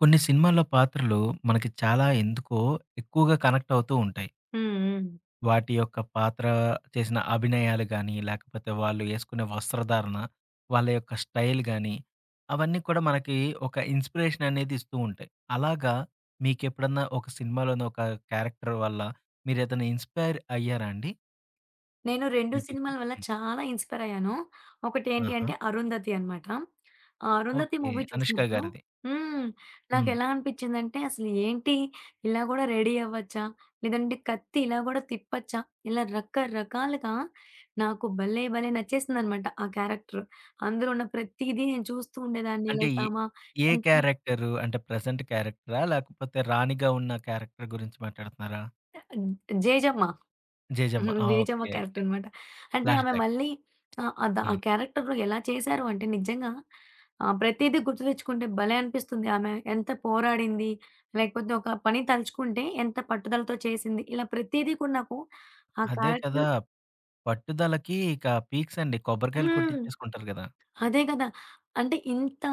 కొన్ని సినిమాల్లో పాత్రలు మనకి చాలా ఎందుకో ఎక్కువగా కనెక్ట్ అవుతూ ఉంటాయి. హ్మ్. హ్మ్. వాటి యొక్క పాత్ర చేసిన అభినయాలు గానీ, లేకపోతే వాళ్ళు యేసుకునే వస్త్రధారణ, వాళ్ళ యొక్క స్టైల్ గానీ, అవన్నీ కూడా మనకి ఒక ఇన్‌స్పిరేషన్ అనేది ఇస్తూ ఉంటాయి. అలాగా మీకెప్పుడన్నా ఒక సినిమాలోని ఒక క్యారెక్టర్ వల్ల మీరేదైనా ఇన్‌స్పైర్ అయ్యారా అండి? నేను 2 మీ జీవితం సినిమాల వల్ల హ్మ్. చాలా ఇన్‌స్పైర్ అయ్యాను. ఒకటేంటి ఆహా! అంటే 'అరుంధతి' అనమాట. ఆ 'అరుంధతి' ఓకే. మూవీ అనుష్క చూసినప్పుడు గారిది. హ్మ్. హ్మ్. నాకెలా అనిపించిందంటే అసలు ఏంటి, ఇలా కూడా రెడీ అవ్వచ్చా? లేదంటే కత్తి ఇలా కూడా తిప్పొచ్చా? ఇలా రకరకాలుగా నాకు భలే భలే నచ్చేసిందనమాట ఆ క్యారెక్టర్. అందులో ఉన్న ప్రతీదీ నేను చూస్తూ ఉండేదాన్ని. అంటే లైక్ ఏ ఆమ ఏ ఎంత క్యారెక్టరు? అంటే ప్రెజెంట్ క్యారెక్టరా? లేకపోతే రాణిగా ఉన్న క్యారెక్టర్ గురించి మాట్లాడుతున్నారా? జేజమ్మ. జేజమ్మ. హుహు. ఆ! 'జేజమ్మ' ఓకే. ఓకే. క్యారెక్టర్ అనమాట. అంటే ఆమె ఫ్లాష్‌బ్యాక్. మళ్ళీ ఆహ్, ఆహ్, ద ఆ! ఆ క్యారెక్టర్‌లో ఎలా చేశారు అంటే నిజంగా ప్రతీదీ గుర్తు తెచ్చుకుంటే భలే అనిపిస్తుంది. ఆమె ఎంత పోరాడింది, లేకపోతే ఒక పని తలుచుకుంటే ఎంత పట్టుదలతో చేసింది. ఇలా ప్రతీదీ కూడా నాకు ఆ అదే కదా! క్యారెక్టర్. పట్టుదలకి ఇక పీక్స్ అండి. కొబ్బరికాయలు హ్మ్. కొట్టిచ్చేసుకుంటారు గదా! అదే గదా! అంటే ఇంత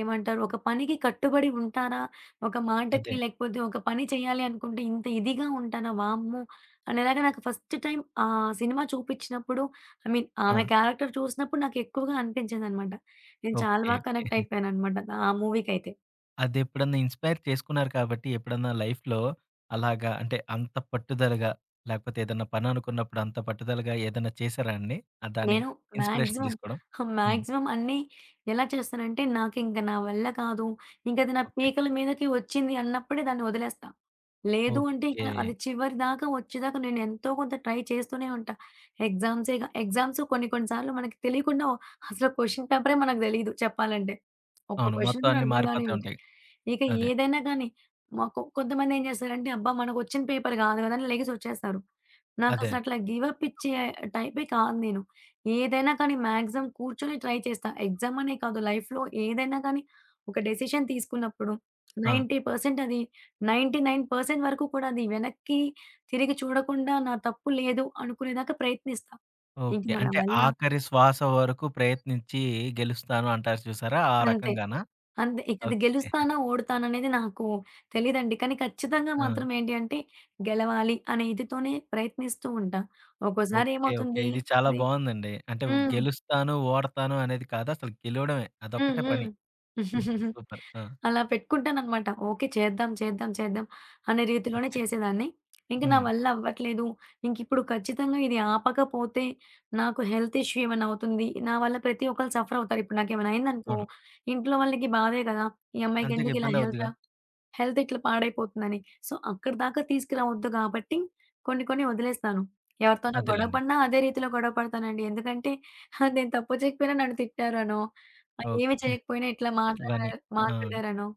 ఏమంటారు? ఒక పనికి కట్టుబడి ఉంటారా? ఒక అదే. మాటకి లేకపోతే ఒక పని చేయాలి అనుకుంటే ఇంత ఇదిగా ఉంటారా? వామ్మో! అనేలాగా నాకు ఫస్ట్ టైమ్ ఆ సినిమా చూపిచ్చినప్పుడు, ఐ మీన్ ఆ! ఆమె క్యారెక్టర్ చూసినప్పుడు నాకు ఎక్కువగా అనిపించిందనమాట. నేను చాలా ఓకే. బాగా ఓకే. కనెక్ట్ అయిపోయాననమాట ఆ మూవీకైతే. అదెప్పుడన్నా ఇన్‌స్పైర్ చేసుకున్నారు కాబట్టి ఎప్పుడన్నా లైఫ్‌లో అలాగా అంటే అంత పట్టుదలగా లేకపోతే ఏదన్నా పని అనుకున్నప్పుడు అంత పట్టుదలగా ఏదన్నా చేశారా అండి? ఆ! దాని నేను ఇన్‌స్పిరేషన్ మాక్సిమం, తీసుకోవడం? హ్మ్. మాక్సిమం అన్నీ ఎలా చేస్తానంటే, నాకింక నా వల్ల కాదు, ఇంకది నా ఓకే. పీకల మీదకి వచ్చింది అన్నప్పుడే దాన్ని వదిలేస్తా. లేదు అంటే ఇక ఓకే. అది చివరి దాకా వచ్చేదాకా నేను ఎంతో కొంత ట్రై చేస్తూనే ఉంటా. ఎగ్జామ్స్ కొన్ని కొన్ని సార్లు మనకి తెలియకుండా అసలు క్వెషన్ పేపరే మనకు తెలీదు చెప్పాలంటే. ఒక్క అవును. క్వెషన్ మొత్తం కూడా అన్నీ అర్థం కానివి మారిపోతా ఉంటాయి. ఉంటాయి. ఇక అదే. ఏదైనా కానీ మాకు కొంతమందేం చేస్తారంటే, అబ్బా! మనకొచ్చిన పేపర్ కాదు కదా! అని లెగిసొచ్చేస్తారు. అదే నాకసలు అండి. అట్లా గివ్ అప్ ఇచ్చే టైపే కాదు నేను. ఏదైనా కానీ మాక్సిమం కూర్చొని ట్రై చేస్తా. ఎగ్జామ్ అనే కాదు, లైఫ్‌లో ఏదైనా కానీ ఒక డెసిషన్ తీసుకున్నప్పుడు ఆ! 90% అది 99% వరకు కూడా అది వెనక్కి తిరిగి చూడకుండా నా తప్పు లేదు అనుకునేదాకా ప్రయత్నిస్తా. ఇంక ఓకే. మన అంటే వల్ల ఆఖరి శ్వాస వరకు ప్రయత్నించి గెలుస్తాను అంటారు చూసారా? ఆ అంతే. రకంగానా? అంతే. ఇక అది ఓకే. గెలుస్తానా? ఓడుతానా? అనేది నాకు తెలీదండి. కానీ ఖచ్చితంగా ఆ! మాత్రం ఏంటి అంటే, గెలవాలి అనే ఇదితోనే ప్రయత్నిస్తూ ఉంటా. ఒక్కోసారి ఓకే. ఓకే. ఏమవుతుంది ఇది చాలా అది. బావుందండి. అంటే హ్మ్. గెలుస్తాను, ఓడతాను అనేది కాదు. అసలు గెలవడమే. హ్మ్. అదొక్కటే పని. హ్మ్. సూపర్. ఆ! అలా పెట్టుకుంటాననమాట. ఓకే. చేద్దాం, చేద్దాం, చేద్దాం అనే రీతిలోనే ఓకే. చేసేదాన్ని. ఇంక నా హ్మ్. వల్ల అవ్వట్లేదు. ఇంకిప్పుడు ఖచ్చితంగా ఇది ఆపకపోతే నాకు హెల్త్ ఇష్యూ ఏమైనా అవుతుంది. నా వల్ల ప్రతి ఒక్కళ్ళు సఫర్ అవుతారు. ఇప్పుడు నాకేమైనా అయిందనుకో, అవును. ఇంట్లో వాళ్ళకి బాధే కదా! ఈ అంతగా అమ్మాయికెందుకు ఇలా ఇబ్బంది హెల్త్, అవుద్దిగా. హెల్త్ ఇట్లా పాడైపోతుందని. సో, అక్కడి దాకా తీసుకురావద్దు కాబట్టి కొన్ని కొన్ని వదిలేస్తాను. ఎవరితోనైనా గొడవ అదేలెండి. పడినా అదే రీతిలో గొడవ పడతానండి. ఎందుకంటే హా, నేను తప్పు చేయకపోయినా నన్ను తిట్టారనో, ఆ, ఏమి ఓకే. చేయకపోయినా ఇట్లా ఇవన్నీ. మాట్లాడారు ఆ! మాట్లాడారనో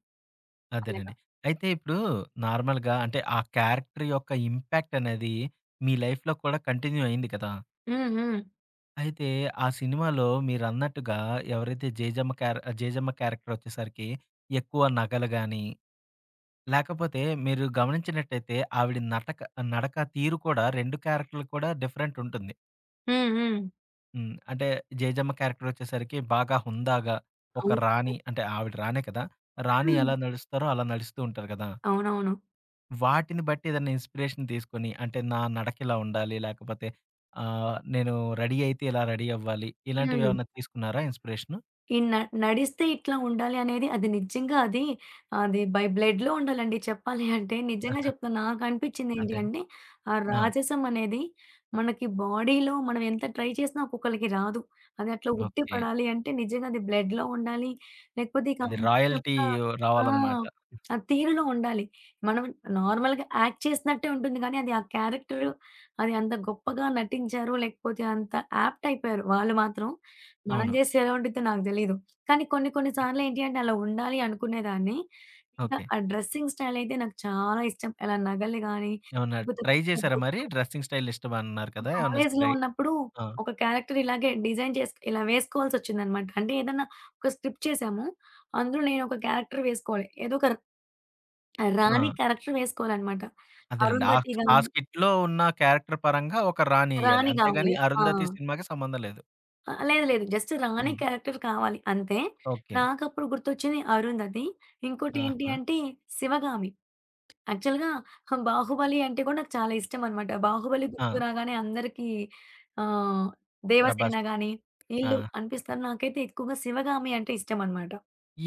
అలాగా. అదేనండి. అయితే ఇప్పుడు నార్మల్‌గా అంటే ఆ క్యారెక్టర్ యొక్క ఇంపాక్ట్ అనేది మీ లైఫ్‌లో కూడా కంటిన్యూ అయింది కదా! హ్మ్. హ్మ్. అయితే ఆ సినిమాలో మీరన్నట్టుగా ఎవరైతే జేజమ్మ క్యారెక్టర్ వచ్చేసరికి ఎక్కువ నగలు గాని, లేకపోతే మీరు గమనించినట్టయితే ఆవిడ నడక తీరు కూడా 2 క్యారెక్టర్‌లు కూడా డిఫరెంట్ ఉంటుంది. హ్మ్. హ్మ్. హ్మ్. అంటే జేజమ్మ క్యారెక్టర్ వచ్చేసరికి బాగా హుందాగా ఒక అవును. రాణి అంటే ఆవిడ రాణే కదా! రాణి హ్మ్. ఎలా నడుస్తారో అలా నడుస్తూ ఉంటారు కదా! అవునవును. వాటిని బట్టి ఏదైనా ఇన్‌స్పిరేషన్ తీసుకొని అంటే నా నడక ఇలా ఉండాలి. లేకపోతే నేను రెడీ అయితే ఇలా రెడీ అవ్వాలి. హ్మ్. ఇలాంటివేమన్నా తీసుకున్నారా ఇన్‌స్పిరేషన్? ఈ న నడిస్తే ఇట్లా ఉండాలి అనేది, అది బై బ్లడ్‌లో ఉండాలండి చెప్పాలి అంటే. నిజంగా ఆహా! చెప్తా, నాకనిపించింది ఏంటి అదేన్ అంటే, ఆ ఆ! రాజసం అనేది మనకి బాడీలో మనం ఎంత ట్రై చేసినా ఒక్కొక్కళ్ళకి రాదు. అది అట్లా ఉట్టి ఓకే. పడాలి అంటే నిజంగా అది బ్లడ్‌లో ఉండాలి. లేకపోతే ఇక ఆ అది మనిషి రాయల్టీ యొక్క ఆ! రావాలన్నమాట. ఆ తీరులో ఉండాలి. మనం నార్మల్‌గా యాక్ట్ చేసినట్టే ఉంటుంది కానీ, అది ఆ క్యారెక్టర్ అది అంత గొప్పగా నటించారు, లేకపోతే అంత యాప్ట్ అయిపోయారు వాళ్ళు మాత్రం. మనం అవును. చేస్తే ఎలా ఉండిద్దో నాకు తెలీదు. కానీ కొన్ని కొన్ని సార్లేంటి అంటే, అలా ఉండాలి అనుకునేదాన్ని. ఇంకా ఓకే. ఆ డ్రెస్సింగ్ స్టైల్ అయితే నాకు చాలా ఇష్టం. ఇలా నగలు గాని, ఏమన్నా లేకపోతే ట్రై పెద్ద చేసారా బొట్టు. మరి? డ్రెస్సింగ్ స్టైల్ ఇష్టమన్నారు కదా! ఏమన్నా కాలేజీలో స్టై ఉన్నప్పుడు ఆ! ఒక క్యారెక్టర్ ఇలాగే డిజైన్ చేసి ఇలా వేసుకోవాల్సొచ్చిందనమాట. అంటే ఏదన్నా ఒక స్క్రిప్ట్ చేసాము. అందులో నేను ఒక క్యారెక్టర్ వేసుకోవాలి. ఏదో ఒక ఆ! రాణి క్యారెక్టర్ వేసుకోవాలనమాట. అదేనండి. ఆ అరుంధతి ఆ గాని, స్కిట్‌లో ఉన్న క్యారెక్టర్ పరంగా ఒక రాణి ఎయ్యాలి. రాణి అంతేగాని గావాలి. ఆ! అరుంధతి సినిమాకి సంబంధం లేదు. ఆ! లేదు. లేదు. జస్ట్ రాణి హ్మ్. క్యారెక్టర్ కావాలి అంతే. ఓకే. నాకప్పుడు గుర్తొచ్చింది 'అరుంధతి.' ఇంకోటేంటి ఆహా! అంటే 'శివగామి.' యాక్చువల్‌గా 'బాహుబలి' అంటే కూడా నాకు చాలా ఇష్టమనమాట. 'బాహుబలి' ఆ! గుర్తుకు రాగానే అందరికీ ఆహ్, దేవసేన 'ప్రభాస్' గాని, ఆ! ఈళ్ళు అనిపిస్తారు. నాకైతే ఎక్కువగా 'శివగామి' అంటే ఇష్టమనమాట.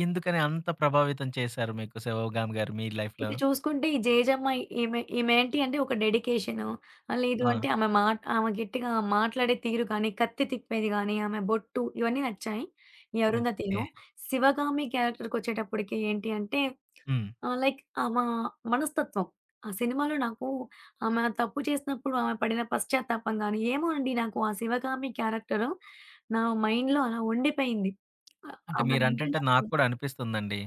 ఎందుకని అంత ప్రభావితం చేశారు మీకు 'శివగామి' గారు మీ లైఫ్‌లో? ఇటు చూసుకుంటే ఈ జేజమ్మ, ఈమేంటి అంటే ఒక డెడికేషను. లేదు ఆ! అంటే ఆమె మాట, ఆమె గట్టిగా మాట్లాడే తీరు గానీ, కత్తి తిప్పేది గానీ, ఆమె బొట్టు, ఇవన్నీ నచ్చాయి ఈ ఓకే. అరుంధతిలో. శివగామి క్యారెక్టర్‌కొచ్చేటప్పటికి ఏంటి అంటే హ్మ్. లైక్ మనస్తత్వం. ఆ సినిమాలో నాకు ఆమె తప్పు చేసినప్పుడు ఆమె పడిన పశ్చాత్తాపం గానీ, ఏమో అండి, నాకు ఆ శివగామి క్యారెక్టరు నా మైండ్‌లో అలా ఉండిపోయింది. అంటే ఆమె అంటే మీరంటుంటే నాకు. నాకు కూడా అనిపిస్తుందండి.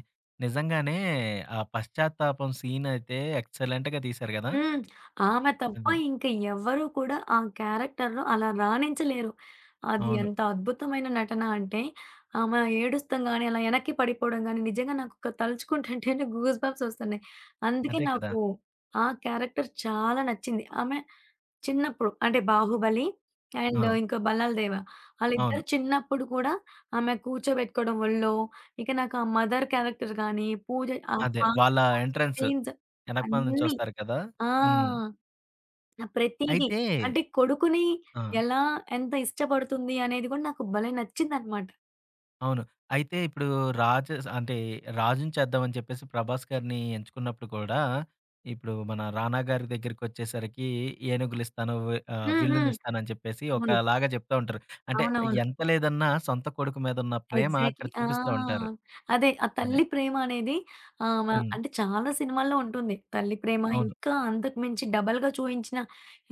నిజంగానే ఆ పశ్చాత్తాపం సీన్ అయితే ఎక్సలెంట్‌గా తీశారు గదా! హ్మ్. ఆమె తప్ప అదే. ఇంక ఎవ్వరు కూడా ఆ క్యారెక్టర్‌లో అలా రాణించలేరు. అది అవును. ఎంత అద్భుతమైన నటన అంటే, ఆమె ఏడుస్తం గాని, అలా ఎనక్కి పడిపోవడం గాని, నిజంగా నాకొక తలుచుకుంటుంటేనే గూస్ బంప్స్ ఒస్తున్నాయి. అందుకే అదే కదా! నాకు ఆ క్యారెక్టర్ చాలా నచ్చింది. ఆమె చిన్నప్పుడు అంటే 'బాహుబలి' అండ్ ఆ! ఇంకా 'భల్లాల దేవ' అవును. ఆళ్ళిద్దరు చిన్నప్పుడు కూడా ఆమె కూర్చోబెట్టుకోవడం ఒళ్ళో, ఇక నాకు ఆ మదర్ క్యారెక్టర్ గాని, పూజ, ఆ అదే. వాళ్ళ పాటలు వచ్చే ఎంట్రన్స్ సీన్స్ ఎనకమాల అన్నీ. నుంచొస్తారు కదా! ఆ! హ్మ్. ఆ! ప్రతీది. అయితే అంటే కొడుకుని ఆ! ఎలా, ఎంత ఇష్టపడుతుంది అనేది గూడా నాకు భలే నచ్చిందనమాట. అవును. అయితే ఇప్పుడు రాజస్ అంటే, రాజుని చేద్దామని చెప్పేసి 'ప్రభాస్' గారిని ఎంచుకున్నప్పుడు కూడా, ఇప్పుడు మన 'రానా' గారి దగ్గరికొచ్చేసరికి ఏనుగులిస్తాను, హ్మ్. హ్మ్. విల్లునిస్తానని చెప్పేసి అవును. ఒకలాగా చెప్తా ఉంటారు. అంటే అవునవును. ఎంత లేదన్నా సొంత కొడుకు మీదున్న ప్రేమ అక్కడ ఎగ్జాక్ట్‌లీ. ఆ! చూపిస్తా ఉంటారు. అదే ఆ అదే. తల్లి ప్రేమ అనేది, ఆహ్, మ హ్మ్. అంటే చాలా సినిమాల్లో ఉంటుంది తల్లి ప్రేమ, అవును. ఇంకా అంతకు మించి డబల్‌గా చూయించిన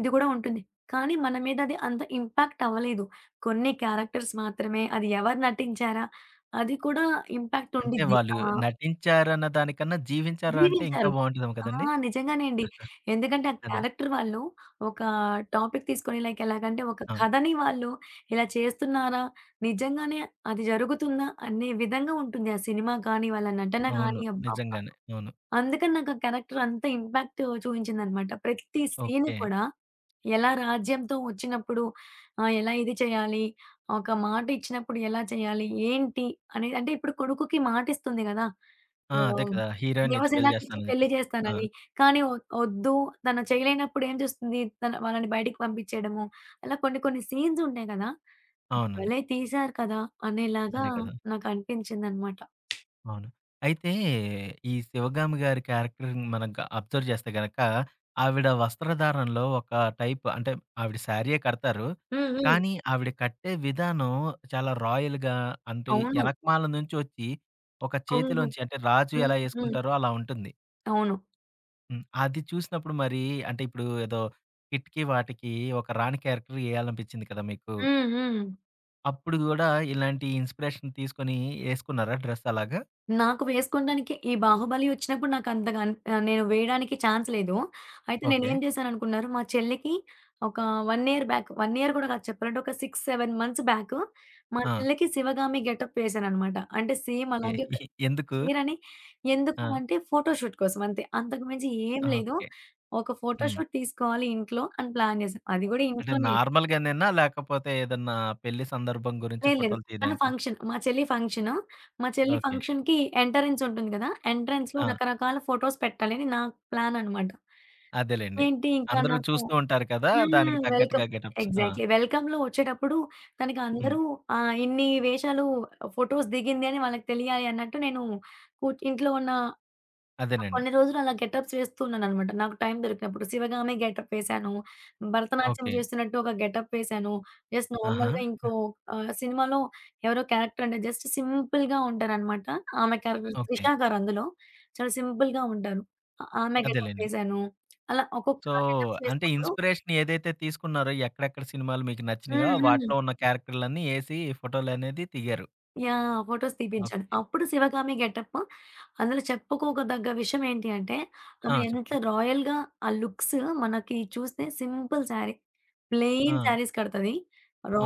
ఇది కూడా ఉంటుంది. కానీ మన మీద అది అంత ఇంపాక్ట్ అవ్వలేదు. కొన్ని క్యారెక్టర్స్ మాత్రమే. అది ఎవరు నటించారా అది కూడా ఇంపాక్ట్ అంటే ఉండిద్ది. వాళ్ళు ఆ! నటించారన్న దానికన్నా జీవించారు అంటే ఇంకా జీవించారు. బావుంటదేమో ఆ! కదండీ! నిజంగానే అండి. ఎందుకంటే ఆ అదే. క్యారెక్టర్ వాళ్ళు ఒక టాపిక్ తీసుకొని, లైక్ ఎలాగంటే ఒక ఆ! కథని వాళ్ళు ఇలా చేస్తున్నారా? నిజంగానే అది జరుగుతుందా? అనే విధంగా ఉంటుంది ఆ సినిమా కానీ, వాళ్ళ నటన అవును. గాని, అబ్బా! నిజంగానే. అవును. అందుకని నాకు ఆ క్యారెక్టర్ అంత ఇంపాక్ట్ చూయించిందనమాట. ప్రతి సీన్ ఓకే. కూడా. ఎలా రాజ్యంతో వచ్చినప్పుడు ఎలా ఇది చేయాలి? ఒక మాట ఇచ్చినప్పుడు ఎలా చేయాలి? ఏంటి? అనేది, అంటే ఇప్పుడు కొడుకుకి మాటిస్తుంది గదా! ఆ! అదే ఆహ్, కదా! హీరోయిన్‌నిచ్చి పెళ్లి దేవసేనకిచ్చి చేస్తానని పెళ్లి చెప్పేసి. ఆ! చేస్తానని. కానీ ఒద్దు, తను చేయలేనప్పుడు ఏం చేస్తుంది? తన వాళ్ళని బయటికి పంపించేయడము. అలా కొన్ని కొన్ని సీన్స్ ఉంటాయి గదా! అవునండి. భలే తీశారు కదా! అనేలాగా అదే కదా! నాకు అనిపించిందనమాట. అవును. అయితే ఈ 'శివగామి' గారి క్యారెక్టర్‌ని మనం అబ్జర్వ్ చేస్తే గనక, ఆవిడ వస్త్రధారణలో ఒక టైప్ అంటే ఆవిడ శారీయే కడతారు. హ్మ్. హ్మ్. కానీ ఆవిడ కట్టే విధానం చాలా రాయల్‌గా అంటే అవును. ఎనకమాల నుంచి వచ్చి ఒక కొంగు. చేతిలోంచి అంటే రాజు హ్మ్. ఎలా హ్మ్. యేసుకుంటారో అలా ఉంటుంది. అవును. హ్మ్. అది చూసినప్పుడు మరి అంటే ఇప్పుడు ఏదో కిట్‌కి వాటికి ఒక రాణి క్యారెక్టర్ యేయాలనిపించింది కదా! మీకు. హ్మ్. హ్మ్. అప్పుడు గూడా ఇలాంటి ఇన్‌స్పిరేషన్ తీసుకొని యేసుకున్నారా డ్రెస్ అలాగా? నాకు వేసుకోడానికి ఈ 'బాహుబలి' వచ్చినప్పుడు నాకంతగా నేను వేయడానికి ఛాన్స్ లేదు. అయితే ఓకే. నేనేం చేశాననుకున్నారు, మా చెల్లికి ఒక 1 ఇయర్ బ్యాక్, 1 ఇయర్ కూడా కాదు చెప్పాలంటే ఒక 6, 7 మంత్స్ బ్యాక్ మా ఆ! చెల్లికి 'శివగామి' గెటప్ వేశాననమాట. అంటే సేమ్ ఎ అలాగే ఒక ఎ ఎందుకు? చీరని. ఎందుకు ఆ! అంటే, ఫోటోషూట్ కోసం అంతే. అంతకు మించి ఏం లేదు. ఓకే. ఒక హ్మ్. ఫోటోషూట్ తీసుకోవాలి ఇంట్లో అని ప్లాన్ చేశాం. అది కూడా అంటే ఇంట్లోనే. నార్మల్‌గానేనా? లేకపోతే ఏదన్నా పెళ్లి సందర్భం గురించి లేదు లేదు. ఫోటోలు తన తీయడానికా? ఫంక్షన్. మా చెల్లి ఫంక్షను. మా చెల్లి ఓకే. ఫంక్షన్‌కి ఎంట్రన్స్ ఉంటుంది కదా! ఎంట్రన్స్‌లో ఆ! రకరకాల ఫోటోస్ పెట్టాలని నా ప్లాన్ అనమాట. అదేలెండి. ఏంటి ఇంకా అందరూ నాకు. చూస్తూ ఉంటారు కదా! దానికి హ్మ్. తగ్గట్టుగా వెల్కమ్. గెటప్స్. ఆ! ఎగ్జాక్ట్‌లీ. వెల్కమ్‌లో వచ్చేటప్పుడు తనకి హ్మ్. అందరూ ఇన్ని వేషాలు, ఫోటోస్ దిగింది అని వాళ్ళకి తెలియాలి అన్నట్టు నేను ఇంట్లో ఉన్న ఆ! అదేనండి. కొన్ని రోజులు అలా గెటప్స్ వేస్తూ ఉన్నాననమాట, నాకు టైం దొరికినప్పుడు. 'శివగామి' గెటప్ వేశాను. భరతనాట్యం ఓకే. చేస్తున్నట్టు ఒక గెటప్ వేశాను. జస్ట్ ఆహా! నార్మల్‌గా ఇంకో సినిమాలో ఎవరో క్యారెక్టర్, అంటే జస్ట్ సింపుల్‌గా ఉంటారనమాట. ఆమె క్యారెక్టర్ ఓకే. 'త్రిష' గారు అందులో. చాలా సింపుల్‌గా ఉంటారు. ఆమె గెటప్ అదేలెండి. వేశాను. అలా ఒక్కొక్క సో, గెటప్స్ అంటే వేసినప్పుడు. ఇన్‌స్పిరేషన్ ఏదైతే తీసుకున్నారో ఎక్కడెక్కడ సినిమాలు మీకు నచ్చినాయో హ్మ్. హ్మ్. వాటిలో ఉన్న క్యారెక్టర్‌లన్నీ ఏసి ఫోటోలనేది దిగారు. యాహ్! ఫోటోస్ తీపించాను. ఓకే. అప్పుడు 'శివగామి' గెటప్. అందులో చెప్పుకోదగ్గ విషయం ఏంటి అంటే, ఆ! ఆమె ఎంత చెప్పండి. రాయల్‌గా ఆ లుక్స్, మనకి చూస్తే సింపుల్ శారీ. ఆ! ప్లెయిన్ శారీస్ కడతది.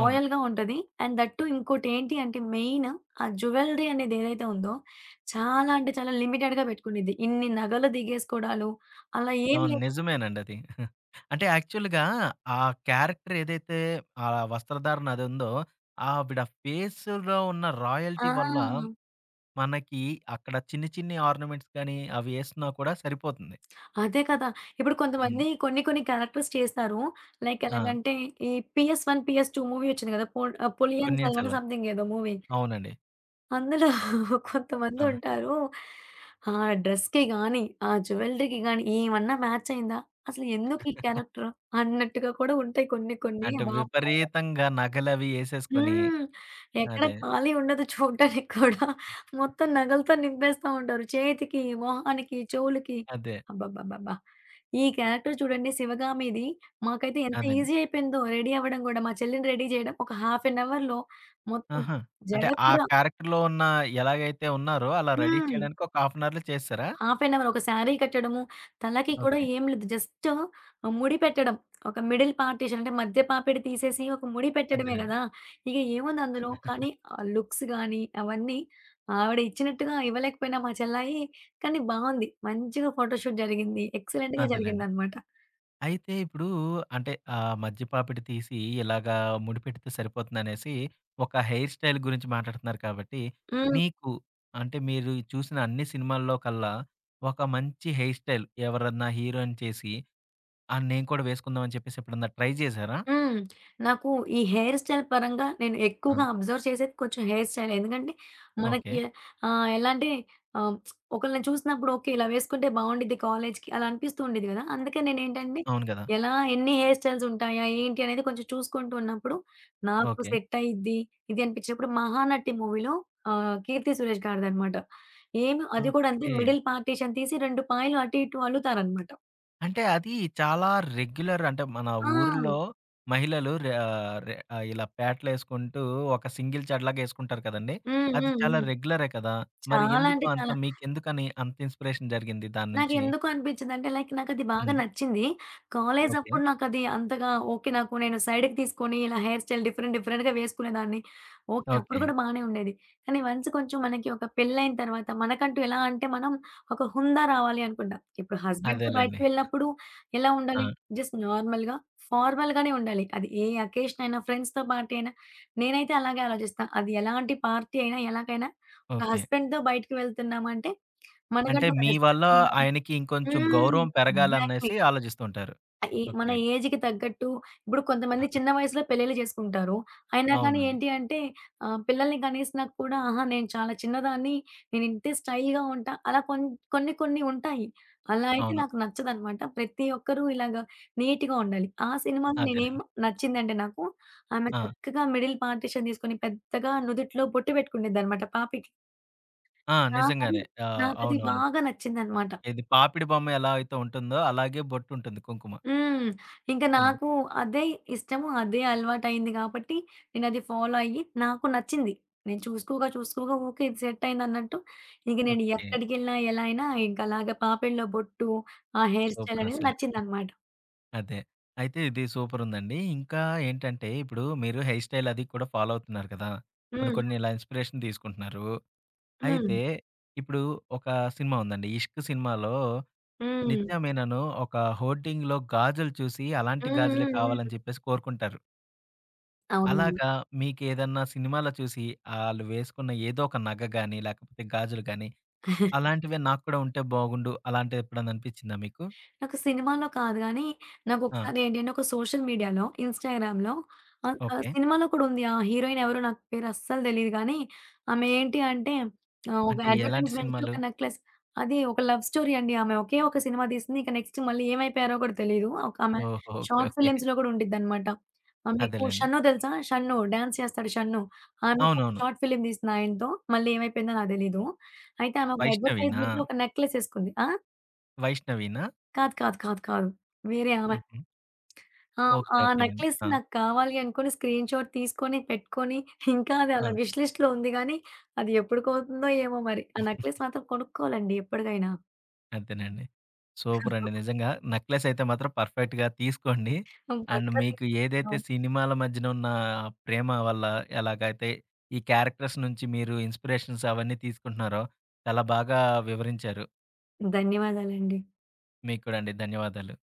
అవును. ఉంటది. అండ్ దట్ టూ ఇంకోటి ఏంటి అంటే, మెయిన్ ఆ జ్యువెలరీ అనేది ఏదైతే ఉందో, చాలా అంటే చాలా లిమిటెడ్‌గా పెట్టుకునిద్ది. ఇన్ని నగలు దిగేసుకోవడాలు అలా ఏం అవును. లేదు. నిజమేనండి అది. అంటే యాక్చువల్‌గా ఆ క్యారెక్టర్ ఏదైతే ఆ వస్త్రధారణ అదుందో, ఆవిడ ఫేస్‌లో ఉన్న ఆ! రాయల్టీ వల్ల మనకి అక్కడ చిన్ని చిన్ని ఆర్నమెంట్స్ గాని, అవి ఏసినా కూడా సరిపోతుంది. అదే కదా! ఇప్పుడు హ్మ్. కొంతమంది కొన్ని కొన్ని క్యారెక్టర్స్ చేస్తారు. లైక్ ఆ! ఎలాగంటే ఈ 'PS one, PS two' movie వచ్చింది కదా! 'పొలియన్ పొన్నియిన్ సెల్వన్' సెల్వన్. సంథింగ్ ఏదో మూవీ. అవునండి. అందులో ఆ! కొంతమందుంటారు. ఆ డ్రెస్‌కి గాని, ఆ జ్యువెలరీకి గాని ఏమన్నా మ్యాచ్ అయిందా? అసలు ఎందుకు ఈ క్యారెక్టర్ అన్నట్టుగా కూడా ఉంటాయి కొన్ని కొన్ని. అంటే వామ్మో! విపరీతంగా నగలవి ఏసేసుకొని హ్మ్. ఎక్కడ అదే. ఖాళీ ఉండదు చూడడానికి కూడా. మొత్తం నగలతో నింపేస్తా ఉంటారు. చేతికి, మొహానికి, చెవులకి. అదే. అబ్బబ్బబ్బబ్బా! ఈ క్యారెక్టర్ చూడండి 'శివగామి'ది. మాకైతే ఎంత అదండి. ఈజీ అయిపోయిందో రెడీ అవ్వడం గూడా. మా చెల్లిని రెడీ చేయడం ఒక హాఫ్ ఎన్ అవర్‌లో మొత్తం, ఆహా! అంటే జడ ఆ కూడా. క్యారెక్టర్‌లో ఉన్న ఎలాగైతే ఉన్నారో అలా రెడీ హ్మ్. చేయడానికి ఒక హాఫ్ అన్ అవర్‌లో చేసేసారా? హాఫ్ ఎన్ అవర్, ఒక శారీ కట్టడము, తలకి కూడా ఓకే. ఏం లేదు. జస్ట్ ముడి పెట్టడం. ఒక మిడిల్ పార్టిషన్, అంటే మధ్య పాపిడి తీసేసి ఒక ముడి పెట్టడమే అదేలెండి. అదేలెండి. గదా! ఇక ఏముంది అందులో. కానీ ఆ లుక్స్ గానీ అవన్నీ ఆవిడ ఇచ్చినట్టుగా ఇవ్వలేకపోయినా మా చెల్లాయి, కానీ బావుంది. మంచిగా ఫోటోషూట్ జరిగింది. ఎక్సలెంట్‌గా జరిగిందనమాట. అయితే ఇప్పుడు అంటే మధ్యపాపిడి తీసి ఇలాగా ముడిపెడితే సరిపోతుందనేసి, ఒక హెయిర్ స్టైల్ గురించి మాట్లాడుతున్నారు కాబట్టి, హ్మ్. మీకు అంటే మీరు చూసిన అన్ని సినిమాల్లో కల్లా ఒక మంచి హెయిర్ స్టైల్ ఎవరన్నా హీరోయిన్ చేసి, "ఆ! నేను కూడా వేసుకుందాం" అని చెప్పేసి ఎప్పుడన్నా ట్రై జేశారా? హ్మ్. నాకు ఈ హెయిర్ స్టైల్ పరంగా నేను ఎక్కువగా ఆ! అబ్జర్వ్ చేసేది కొంచెం హెయిర్ స్టైల్. ఎందుకంటే ఓకే. మనకి ఆహ్, ఎలా అంటే ఆహ్, ఒకళ్ళని చూసినప్పుడు ఓకే, ఇలా వేసుకుంటే బావుండిద్ది కాలేజ్‌కి అలా అనిపిస్తూ ఉండేది కదా! అందుకే నేనేంటంటే అవును గదా! ఎలా ఎన్ని హెయిర్ స్టైల్స్ ఉంటాయా? ఏంటి? అనేది కొంచెం చూసుకుంటూ ఉన్నప్పుడు నాకు ఓకే. సెట్ అయ్యిద్ది. ఇది అనిపించినప్పుడు 'మహానటి' మూవీలో 'కీర్తి సురేష్' గారిదనమాట. ఏమి అది కూడా అంతే ఓకే. మిడిల్ పార్టీషన్ తీసి 2 పాయలు అటు ఇటు అల్లుతారనమాట. అంటే అది చాలా రెగ్యులర్ అంటే మన ఆ! ఊర్లో మహిళలు ఇలా పేటలేసుకుంటూ ఒక సింగిల్ చెడలాగా ఏసుకుంటారు కదండీ! హ్మ్. అది హ్మ్. చాలా హ్మ్. రెగ్యులరే కదా! మరి చాలా ఎందుకు అంటే అంత చాలా. మీకెందుకని అంత ఇన్‌స్పిరేషన్ జరిగింది దాని నుంచి? నాకెందుకు అనిపించిందంటే లైక్ నాకది బాగా హ్మ్. నచ్చింది. ఓకే. కాలేజప్పుడు నాకది అంతగా ఓకే. నాకు నేను సైడ్‌కి తీసుకొని ఇలా హెయిర్ స్టైల్ డిఫరెంట్ డిఫరెంట్‌గా వేసుకునేదాన్ని. ఓకే. అప్పుడు ఓకే. కూడా బానే ఉండేది. కానీ వన్స్ కొంచెం మనకి ఒక పెళ్ళైన తర్వాత మనకంటూ, ఎలా అంటే, మనం ఒక హుందా రావాలి అనుకుంటాం. ఇప్పుడు హస్బెండ్‌తో అదేలెండి. బయటకి వెళ్ళినప్పుడు ఎలా ఉండాలి? ఆ! జస్ట్ నార్మల్‌గా, ఫార్మల్‌గానే ఉండాలి. అది ఏ అకేషన్ అయినా, ఫ్రెండ్స్‌తో పార్టీ అయినా. నేనైతే అలాగే ఆలోచిస్తా. అది ఎలాంటి పార్టీ అయినా, ఎలాగైనా, ఒక ఓకే. హస్బెండ్‌తో బయటికి వెళ్తున్నామంటే అంటే మనకంటూ ఒక మీ వల్ల రెస్పెక్ట్ ఉండాలి. ఆయనకి ఇంకొంచెం హ్మ్. గౌరవం ఎగ్జాక్ట్‌లీ. పెరగాలనేసి ఆలోచిస్తుంటారు. ఈ మన ఓకే. ఏజ్‌కి తగ్గట్టు. ఇప్పుడు కొంతమంది చిన్న వయసులో పెళ్లిళ్లు చేసుకుంటారు. అయినా కానీ అవునండి. ఏంటి అంటే, పిల్లల్ని కనేసినాక కూడా ఆహా! నేను చాలా చిన్నదాన్ని, నేను ఇంతే స్టైల్‌గా ఉంటా, అలా కొన్ని కొన్ని ఉంటాయి. అలా అయితే అవును. నాకు నచ్చదనమాట. ప్రతి ఒక్కరు ఇలాగ నీట్‌గా ఉండాలి. ఆ సినిమాలో నేనేం అదేలెండి. నచ్చిందంటే, నాకు ఆమె ఆ! చక్కగా మిడిల్ పార్టిషన్ తీసుకొని పెద్దగా నుదిట్లో బొట్టు పెట్టుకునేదనమాట పాపకి. ఆ! నాకది నిజంగానే. నాకది అవునవును. బాగా నచ్చిందనమాట. ఇది పాపిడి బొమ్మ ఎలా అయితే ఉంటుందో అలాగే బొట్టుంటుంది కుంకుమ. హ్మ్. ఇంక హ్మ్. నాకు అదే ఇష్టము. అదే అలవాటయింది గాబట్టి, నేనది ఫాలో అయ్యి నాకు నచ్చింది. నేను చూసుకోగా, చూసుకోగా ఊకే ఇది సెట్టయిందన్నట్టు, ఇక నేను ఓకే. ఎక్కడికెళ్ళినా, ఎలా అయినా ఇంకలాగా పాపిడిలో బొట్టు, ఆ హెయిర్ స్టైలనేది సూపరసల. నచ్చిందనమాట. అదే. అయితే ఇది సూపరుందండి. ఇంకా ఏంటంటే ఇప్పుడు మీరు హెయిర్ స్టైల్ అది కూడా ఫాలో అవుతున్నారు కదా! కొన్ని కొన్ని హ్మ్. ఇలా ఇన్‌స్పిరేషన్ తీసుకుంటున్నారు. హ్మ్. హ్మ్. అయితే ఇప్పుడు ఒక సినిమా ఉందండి. 'ఇష్క్' సినిమాలో హ్మ్. నిత్యా మేనను ఒక హోర్డింగ్‌లో గాజులు చూసి అలాంటి హ్మ్. గాజులే హ్మ్. కావాలని చెప్పేసి కోరుకుంటారు. అవునవును. అలాగా మీకేదన్నా సినిమాలో చూసి ఆళ్ళు వేసుకున్న ఏదో ఒక నగ గాని లేకపోతే గాజులు గాని అలాంటివే నాకు కూడా ఉంటే బాగుండు. అలాంటిది ఎప్పుడన్నా అనిపించిందా మీకు? నాకు సినిమాలో కాదు గానీ, ఆ! నాకొకసారి ఏంటంటే, ఒక సోషల్ మీడియాలో, ఇన్‌స్టాగ్రామ్‌లో ఆహ్, ఆహ్, ఓకే. సినిమాలో కూడా ఉంది. ఆ హీరోయిన్ ఎవరో నాకు పేరు అస్సలు తెలీదు గానీ, ఆమె ఏంటి అంటే ఒక అంటే ఎలాంటి అడ్వర్‌టైజ్‌మెంట్‌కి సినిమాలు? ఒక నెక్లెస్. అది ఒక లవ్ స్టోరీ అండి ఆమె. ఒకే ఒక సినిమా తీసింది. ఇక నెక్స్ట్ మళ్ళీ ఏమైపోయారో కూడా తెలీదు. ఒక ఆమె ఓహో! ఓకే. Short okay. ఫిల్మ్స్‌లో కూడా ఉండిద్దనమాట. మీకు అదేలెండి. 'షన్ను' తెలుసా? 'షన్ను' డాన్స్ చేస్తాడు 'షన్ను.' ఆమెకు ఒక అవునవును. షార్ట్ ఫిల్మ్ తీసింది ఆయనతో. మళ్ళీ ఏమైపోయిందో నాకు తెలీదు. అయితే ఆమె ఒక 'వైష్ణవినా'? అడ్వర్‌టైజ్‌మెంట్‌లో ఒక నెక్లెస్ ఏసుకుంది. ఆ? 'వైష్ణవినా'? కాదు. కాదు. కాదు. కాదు. వేరే ఆమె. హుహు. ఆ! ఓకే. ఆ ఓకేనండి. నెక్లెస్ ఆ! నాకు కావాలి అనుకోని స్క్రీన్ షాట్ తీసుకొని, పెట్టుకొని ఇంకా అది ఆ! అలా విష్ లిస్ట్‌లో ఉంది గానీ, అది ఎప్పటికవుతుందో ఏమో మరి. ఆ నెక్లెస్ మాత్రం కొనుక్కోవాలండి ఎప్పటికైనా. అంతేనండి. సూపర్ అండి. నిజంగా నెక్లెస్ అయితే మాత్రం పర్ఫెక్ట్‌గా తీసుకోండి. అండ్ పక్కా మీకు ఏదైతే తీసుకుందాం. సినిమాల మధ్యన ఉన్న ప్రేమ వల్ల ఎలాగైతే ఈ క్యారెక్టర్స్ నుంచి మీరు ఇన్‌స్పిరేషన్స్ అవన్నీ తీసుకుంటున్నారో చాలా బాగా వివరించారు. ధన్యవాదాలండి. మీకు కూడా అండి. ధన్యవాదాలు.